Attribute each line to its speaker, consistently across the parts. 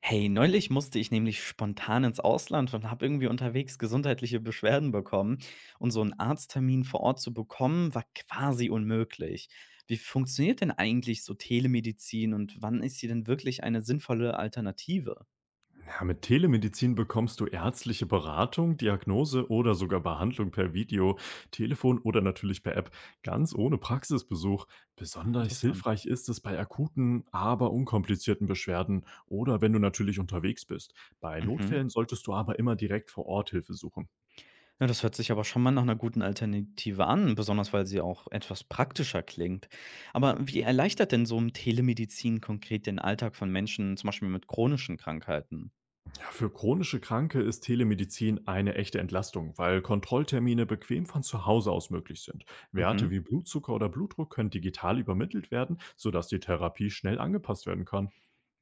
Speaker 1: Hey, neulich musste ich nämlich spontan ins Ausland und habe irgendwie unterwegs gesundheitliche Beschwerden bekommen. Und so einen Arzttermin vor Ort zu bekommen, war quasi unmöglich. Wie funktioniert denn eigentlich so Telemedizin und wann ist sie denn wirklich eine sinnvolle Alternative?
Speaker 2: Ja, mit Telemedizin bekommst du ärztliche Beratung, Diagnose oder sogar Behandlung per Video, Telefon oder natürlich per App, ganz ohne Praxisbesuch.
Speaker 1: Ach,
Speaker 2: Besonders
Speaker 1: interessant.
Speaker 2: hilfreich ist es bei akuten, aber unkomplizierten Beschwerden oder wenn du natürlich unterwegs bist. Bei
Speaker 1: Mhm.
Speaker 2: Notfällen solltest du aber immer direkt vor Ort Hilfe suchen.
Speaker 1: Ja, das hört sich aber schon mal nach einer guten Alternative an, besonders weil sie auch etwas praktischer klingt. Aber wie erleichtert denn so ein Telemedizin konkret den Alltag von Menschen, zum Beispiel mit chronischen Krankheiten?
Speaker 2: Für chronische Kranke ist Telemedizin eine echte Entlastung, weil Kontrolltermine bequem von zu Hause aus möglich sind.
Speaker 1: Mhm.
Speaker 2: Werte wie Blutzucker oder Blutdruck können digital übermittelt werden, sodass die Therapie schnell angepasst werden kann.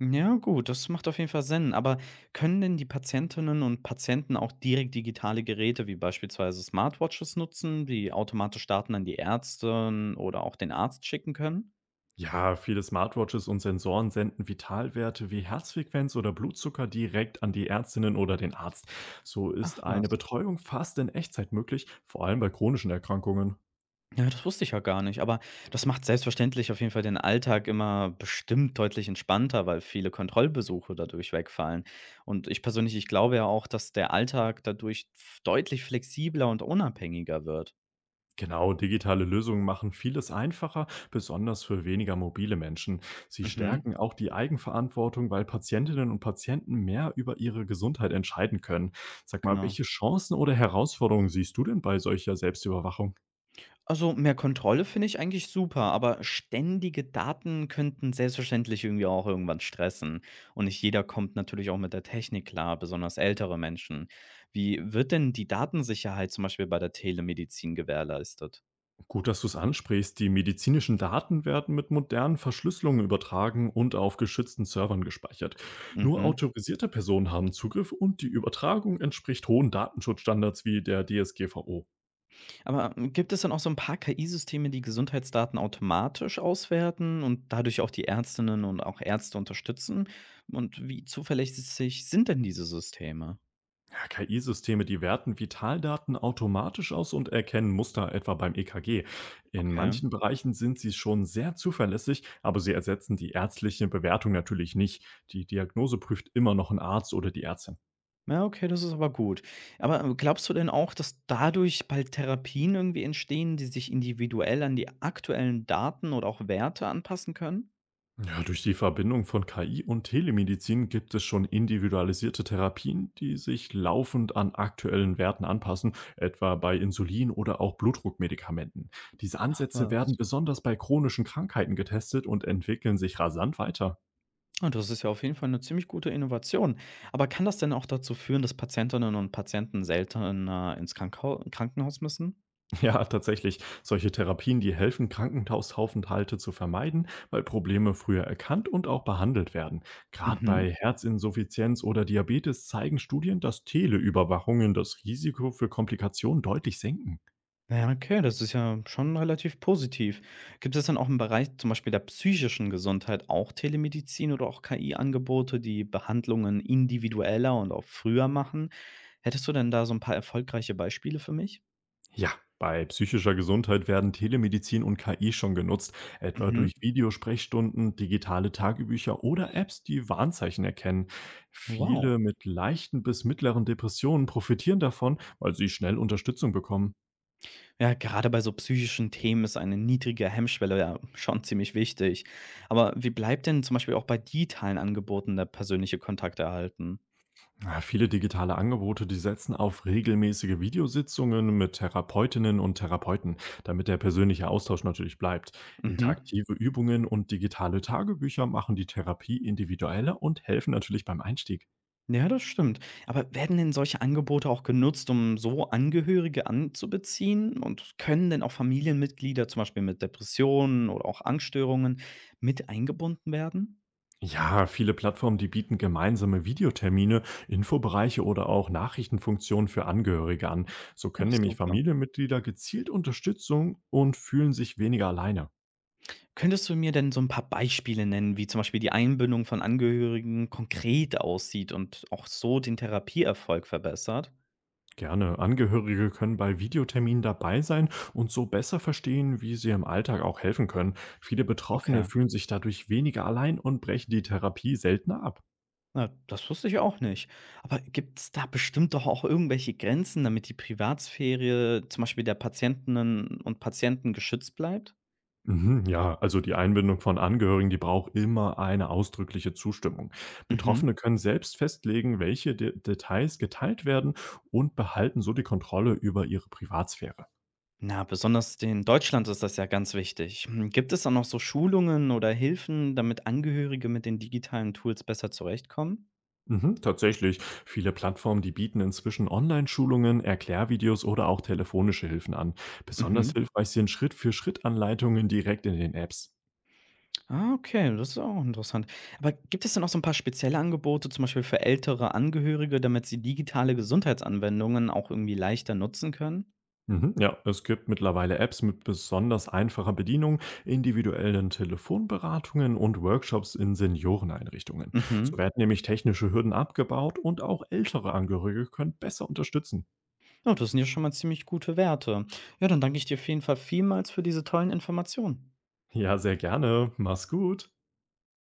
Speaker 1: Ja, gut, das macht auf jeden Fall Sinn. Aber können denn die Patientinnen und Patienten auch direkt digitale Geräte wie beispielsweise Smartwatches nutzen, die automatisch Daten an die Ärzte oder auch den Arzt schicken können?
Speaker 2: Ja, viele Smartwatches und Sensoren senden Vitalwerte wie Herzfrequenz oder Blutzucker direkt an die Ärztinnen oder den Arzt. So
Speaker 1: Ach
Speaker 2: ist eine
Speaker 1: was.
Speaker 2: Betreuung fast in Echtzeit möglich, vor allem bei chronischen Erkrankungen.
Speaker 1: Ja, das wusste ich ja gar nicht. Aber das macht selbstverständlich auf jeden Fall den Alltag immer bestimmt deutlich entspannter, weil viele Kontrollbesuche dadurch wegfallen. Und ich persönlich, ich glaube ja auch, dass der Alltag dadurch deutlich flexibler und unabhängiger wird.
Speaker 2: Genau, digitale Lösungen machen vieles einfacher, besonders für weniger mobile Menschen. Sie
Speaker 1: Mhm,
Speaker 2: stärken auch die Eigenverantwortung, weil Patientinnen und Patienten mehr über ihre Gesundheit entscheiden können. Sag mal,
Speaker 1: genau.
Speaker 2: welche Chancen oder Herausforderungen siehst du denn bei solcher Selbstüberwachung?
Speaker 1: Also, mehr Kontrolle finde ich eigentlich super, aber ständige Daten könnten selbstverständlich irgendwie auch irgendwann stressen. Und nicht jeder kommt natürlich auch mit der Technik klar, besonders ältere Menschen. Wie wird denn die Datensicherheit zum Beispiel bei der Telemedizin gewährleistet?
Speaker 2: Gut, dass du es ansprichst. Die medizinischen Daten werden mit modernen Verschlüsselungen übertragen und auf geschützten Servern gespeichert. Nur
Speaker 1: Mhm.
Speaker 2: autorisierte Personen haben Zugriff und die Übertragung entspricht hohen Datenschutzstandards wie der DSGVO.
Speaker 1: Aber gibt es dann auch so ein paar KI-Systeme, die Gesundheitsdaten automatisch auswerten und dadurch auch die Ärztinnen und auch Ärzte unterstützen? Und wie zuverlässig sind denn diese Systeme?
Speaker 2: Ja, KI-Systeme, die werten Vitaldaten automatisch aus und erkennen Muster, etwa beim EKG. In
Speaker 1: Okay.
Speaker 2: manchen Bereichen sind sie schon sehr zuverlässig, aber sie ersetzen die ärztliche Bewertung natürlich nicht. Die Diagnose prüft immer noch ein Arzt oder die Ärztin.
Speaker 1: Ja, okay, das ist aber gut. Aber, glaubst du denn auch, dass dadurch bald Therapien irgendwie entstehen, die sich individuell an die aktuellen Daten oder auch Werte anpassen können?
Speaker 2: Ja, durch die Verbindung von KI und Telemedizin gibt es schon individualisierte Therapien, die sich laufend an aktuellen Werten anpassen, etwa bei Insulin oder auch Blutdruckmedikamenten. Diese
Speaker 1: Ach
Speaker 2: Ansätze
Speaker 1: was.
Speaker 2: werden besonders bei chronischen Krankheiten getestet und entwickeln sich rasant weiter.
Speaker 1: Ah, das ist ja auf jeden Fall eine ziemlich gute Innovation. Aber kann das denn auch dazu führen, dass Patientinnen und Patienten seltener ins Krankau Krankenhaus müssen?
Speaker 2: Ja, tatsächlich. Solche Therapien, die helfen, Krankenhausaufenthalte zu vermeiden, weil Probleme früher erkannt und auch behandelt werden. Gerade
Speaker 1: Mhm.
Speaker 2: bei Herzinsuffizienz oder Diabetes zeigen Studien, dass Teleüberwachungen das Risiko für Komplikationen deutlich senken.
Speaker 1: Na ja, okay, das ist ja schon relativ positiv. Gibt es dann auch im Bereich zum Beispiel der psychischen Gesundheit auch Telemedizin oder auch KI-Angebote, die Behandlungen individueller und auch früher machen? Hättest du denn da so ein paar erfolgreiche Beispiele für mich?
Speaker 2: Ja, bei psychischer Gesundheit werden Telemedizin und KI schon genutzt, etwa
Speaker 1: Mhm.
Speaker 2: durch Videosprechstunden, digitale Tagebücher oder Apps, die Warnzeichen erkennen.
Speaker 1: Wow.
Speaker 2: Viele mit leichten bis mittleren Depressionen profitieren davon, weil sie schnell Unterstützung bekommen.
Speaker 1: Ja, gerade bei so psychischen Themen ist eine niedrige Hemmschwelle ja schon ziemlich wichtig. Aber wie bleibt denn zum Beispiel auch bei digitalen Angeboten der persönliche Kontakt erhalten?
Speaker 2: Ja, viele digitale Angebote, die setzen auf regelmäßige Videositzungen mit Therapeutinnen und Therapeuten, damit der persönliche Austausch natürlich bleibt.
Speaker 1: Mhm.
Speaker 2: Interaktive Übungen und digitale Tagebücher machen die Therapie individueller und helfen natürlich beim Einstieg.
Speaker 1: Ja, das stimmt. Aber werden denn solche Angebote auch genutzt, um so Angehörige anzubeziehen? Und können denn auch Familienmitglieder, zum Beispiel mit Depressionen oder auch Angststörungen, mit eingebunden werden?
Speaker 2: Ja, viele Plattformen, die bieten gemeinsame Videotermine, Infobereiche oder auch Nachrichtenfunktionen für Angehörige an. So
Speaker 1: Ach,
Speaker 2: können nämlich
Speaker 1: super.
Speaker 2: Familienmitglieder gezielt Unterstützung und fühlen sich weniger alleine.
Speaker 1: Könntest du mir denn so ein paar Beispiele nennen, wie zum Beispiel die Einbindung von Angehörigen konkret aussieht und auch so den Therapieerfolg verbessert?
Speaker 2: Gerne. Angehörige können bei Videoterminen dabei sein und so besser verstehen, wie sie im Alltag auch helfen können. Viele Betroffene
Speaker 1: Okay.
Speaker 2: fühlen sich dadurch weniger allein und brechen die Therapie seltener ab.
Speaker 1: Na, das wusste ich auch nicht. Aber gibt es da bestimmt doch auch irgendwelche Grenzen, damit die Privatsphäre, zum Beispiel der Patientinnen und Patienten, geschützt bleibt?
Speaker 2: Mhm, ja, also die Einbindung von Angehörigen, die braucht immer eine ausdrückliche Zustimmung.
Speaker 1: Mhm.
Speaker 2: Betroffene können selbst festlegen, welche De Details geteilt werden und behalten so die Kontrolle über ihre Privatsphäre.
Speaker 1: Na, besonders in Deutschland ist das ja ganz wichtig. Hm, gibt es da noch so Schulungen oder Hilfen, damit Angehörige mit den digitalen Tools besser zurechtkommen?
Speaker 2: Mhm, tatsächlich. Viele Plattformen, die bieten inzwischen Online-Schulungen, Erklärvideos oder auch telefonische Hilfen an. Besonders
Speaker 1: Mhm.
Speaker 2: hilfreich sind Schritt-für-Schritt-Anleitungen direkt in den Apps.
Speaker 1: Ah, okay, das ist auch interessant. Aber gibt es denn auch so ein paar spezielle Angebote, zum Beispiel für ältere Angehörige, damit sie digitale Gesundheitsanwendungen auch irgendwie leichter nutzen können?
Speaker 2: Mhm, ja, es gibt mittlerweile Apps mit besonders einfacher Bedienung, individuellen Telefonberatungen und Workshops in Senioreneinrichtungen.
Speaker 1: Mhm.
Speaker 2: So werden nämlich technische Hürden abgebaut und auch ältere Angehörige können besser unterstützen.
Speaker 1: Ja, das sind ja schon mal ziemlich gute Werte. Ja, dann danke ich dir auf jeden Fall vielmals für diese tollen Informationen.
Speaker 2: Ja, sehr gerne. Mach's gut.